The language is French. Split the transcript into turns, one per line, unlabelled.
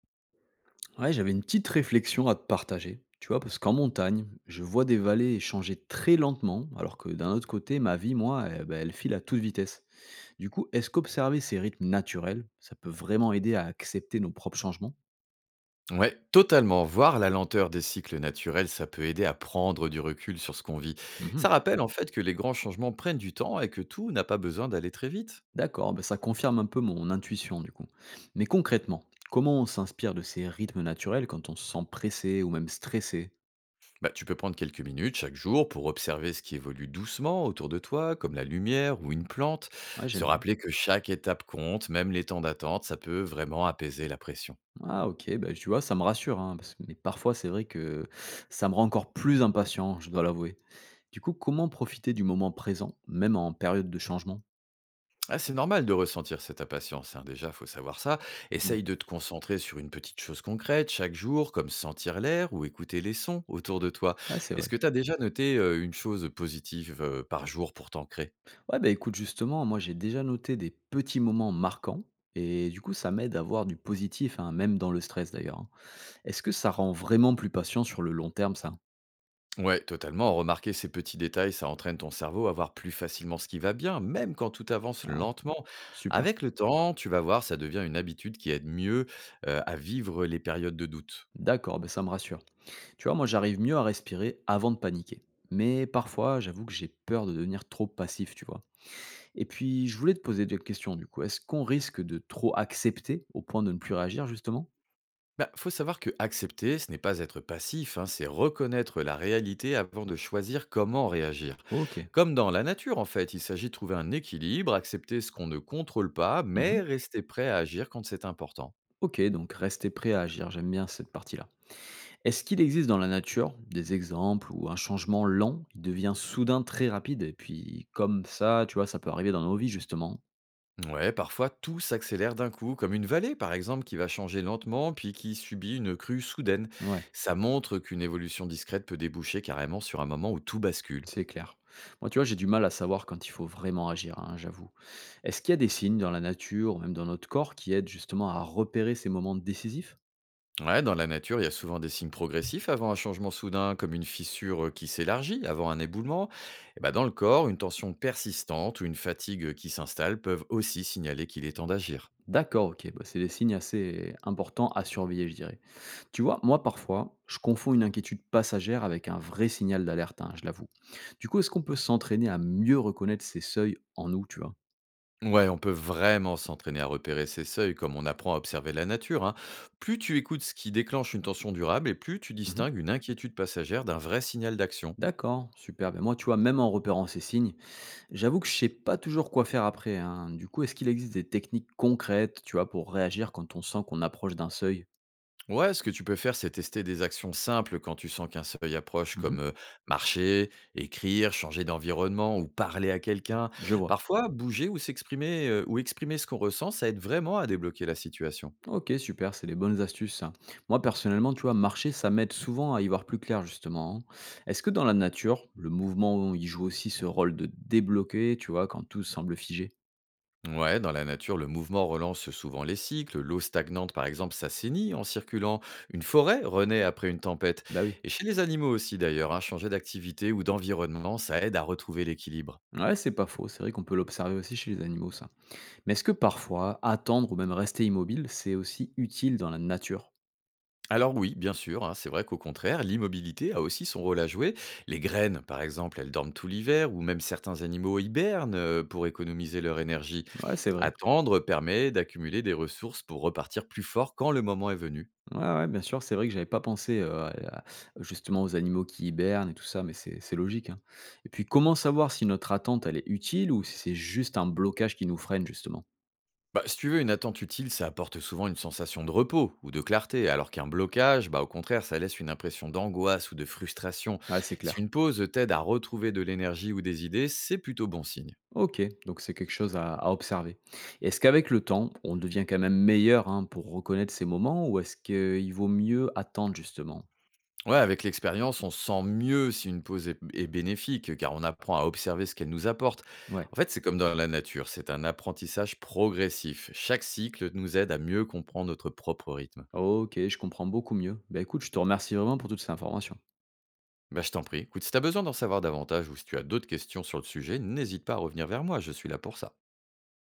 Ouais, j'avais une petite réflexion à te partager, tu vois, parce qu'en montagne, je vois des vallées changer très lentement, alors que d'un autre côté, ma vie, moi, eh ben, elle file à toute vitesse. Du coup, est-ce qu'observer ces rythmes naturels, ça peut vraiment aider à accepter nos propres changements?
Ouais, totalement. Voir la lenteur des cycles naturels, ça peut aider à prendre du recul sur ce qu'on vit.
Mhm.
Ça rappelle en fait que les grands changements prennent du temps et que tout n'a pas besoin d'aller très vite.
D'accord, ben ça confirme un peu mon intuition, du coup. Mais concrètement, comment on s'inspire de ces rythmes naturels quand on se sent pressé ou même stressé?
Bah, tu peux prendre quelques minutes chaque jour pour observer ce qui évolue doucement autour de toi, comme la lumière ou une plante.
Ouais,
Se
j'aime bien.
rappeler que chaque étape compte, même les temps d'attente, ça peut vraiment apaiser la pression.
Ah, ok, ben, tu vois, ça me rassure, hein, mais parfois, c'est vrai que ça me rend encore plus impatient, je dois l'avouer. Du coup, comment profiter du moment présent, même en période de changement?
Ah, c'est normal de ressentir cette impatience, hein, déjà, faut savoir ça.
Mmh.
Essaye de te concentrer sur une petite chose concrète chaque jour, comme sentir l'air ou écouter les sons autour de toi.
Ouais, c'est
Est-ce
vrai.
que tu as déjà noté une chose positive par jour pour t'ancrer?
Ouais, bah, écoute, justement, moi, j'ai déjà noté des petits moments marquants et du coup, ça m'aide à voir du positif, hein, même dans le stress d'ailleurs, hein. Est-ce que ça rend vraiment plus patient sur le long terme, ça?
Ouais, totalement. Remarquer ces petits détails, ça entraîne ton cerveau à voir plus facilement ce qui va bien, même quand tout avance
Ah,
lentement.
super.
Avec le temps, tu vas voir, ça devient une habitude qui aide mieux à vivre les périodes de doute.
D'accord, bah, ça me rassure. Tu vois, moi, j'arrive mieux à respirer avant de paniquer. Mais parfois, j'avoue que j'ai peur de devenir trop passif, tu vois. Et puis, je voulais te poser deux questions, du coup. Est-ce qu'on risque de trop accepter au point de ne plus réagir, justement?
Bah, faut savoir que accepter, ce n'est pas être passif, hein, c'est reconnaître la réalité avant de choisir comment réagir.
Ok.
Comme dans la nature, en fait, il s'agit de trouver un équilibre, accepter ce qu'on ne contrôle pas,
Mhm.
mais rester prêt à agir quand c'est important.
OK, donc rester prêt à agir, j'aime bien cette partie-là. Est-ce qu'il existe dans la nature des exemples où un changement lent, il devient soudain très rapide et puis comme ça, tu vois, ça peut arriver dans nos vies justement?
Ouais, parfois tout s'accélère d'un coup, comme une vallée par exemple qui va changer lentement puis qui subit une crue soudaine.
Ouais,
Ça montre qu'une évolution discrète peut déboucher carrément sur un moment où tout bascule.
c'est clair. Moi, tu vois, j'ai du mal à savoir quand il faut vraiment agir, hein, j'avoue. Est-ce qu'il y a des signes dans la nature ou même dans notre corps qui aident justement à repérer ces moments décisifs?
Ouais, dans la nature, il y a souvent des signes progressifs avant un changement soudain, comme une fissure qui s'élargit avant un éboulement. Et ben, dans le corps, une tension persistante ou une fatigue qui s'installe peuvent aussi signaler qu'il est temps d'agir.
D'accord, ok, bah, c'est des signes assez importants à surveiller, je dirais. Tu vois, moi parfois, je confonds une inquiétude passagère avec un vrai signal d'alerte, hein, je l'avoue. Du coup, est-ce qu'on peut s'entraîner à mieux reconnaître ces seuils en nous, tu vois?
Ouais, on peut vraiment s'entraîner à repérer ces seuils comme on apprend à observer la nature, hein. Plus tu écoutes ce qui déclenche une tension durable et plus tu
Mmh.
distingues une inquiétude passagère d'un vrai signal d'action.
D'accord, super. Ben moi, tu vois, même en repérant ces signes, j'avoue que je sais pas toujours quoi faire après, hein. Du coup, est-ce qu'il existe des techniques concrètes, tu vois, pour réagir quand on sent qu'on approche d'un seuil?
Ouais, ce que tu peux faire, c'est tester des actions simples quand tu sens qu'un seuil approche,
Mmh.
comme marcher, écrire, changer d'environnement ou parler à quelqu'un.
Je vois.
Parfois, bouger ou s'exprimer ou exprimer ce qu'on ressent, ça aide vraiment à débloquer la situation.
OK, super, c'est des bonnes astuces, ça. Moi, personnellement, tu vois, marcher, ça m'aide souvent à y voir plus clair, justement, hein. Est-ce que dans la nature, le mouvement, il joue aussi ce rôle de débloquer, tu vois, quand tout semble figé?
Ouais, dans la nature, le mouvement relance souvent les cycles. L'eau stagnante, par exemple, s'assainit en circulant. Une forêt renaît après une tempête.
Bah oui.
Et chez les animaux aussi, d'ailleurs, hein, changer d'activité ou d'environnement, ça aide à retrouver l'équilibre.
Ouais, c'est pas faux. C'est vrai qu'on peut l'observer aussi chez les animaux, ça. Mais est-ce que parfois, attendre ou même rester immobile, c'est aussi utile dans la nature?
Alors oui, bien sûr, hein, c'est vrai qu'au contraire, l'immobilité a aussi son rôle à jouer. Les graines, par exemple, elles dorment tout l'hiver, ou même certains animaux hibernent pour économiser leur énergie.
Ouais, c'est vrai.
Attendre permet d'accumuler des ressources pour repartir plus fort quand le moment est venu.
Ouais, ouais, bien sûr, c'est vrai que j'avais pas pensé, à justement aux animaux qui hibernent et tout ça, mais c'est logique, hein. Et puis comment savoir si notre attente, elle est utile ou si c'est juste un blocage qui nous freine justement?
Bah, si tu veux, une attente utile, ça apporte souvent une sensation de repos ou de clarté, alors qu'un blocage, bah, au contraire, ça laisse une impression d'angoisse ou de frustration.
Ouais, c'est
Si
clair.
une pause t'aide à retrouver de l'énergie ou des idées, c'est plutôt bon signe.
OK, donc c'est quelque chose à observer. Est-ce qu'avec le temps, on devient quand même meilleur, hein, pour reconnaître ces moments ou est-ce qu'il vaut mieux attendre justement?
Ouais, avec l'expérience, on sent mieux si une pause est bénéfique, car on apprend à observer ce qu'elle nous apporte.
Ouais.
En fait, c'est comme dans la nature, c'est un apprentissage progressif. Chaque cycle nous aide à mieux comprendre notre propre rythme.
OK, je comprends beaucoup mieux. Bah, écoute, je te remercie vraiment pour toutes ces informations.
Bah, je t'en prie. Écoute, si tu as besoin d'en savoir davantage ou si tu as d'autres questions sur le sujet, n'hésite pas à revenir vers moi, je suis là pour ça.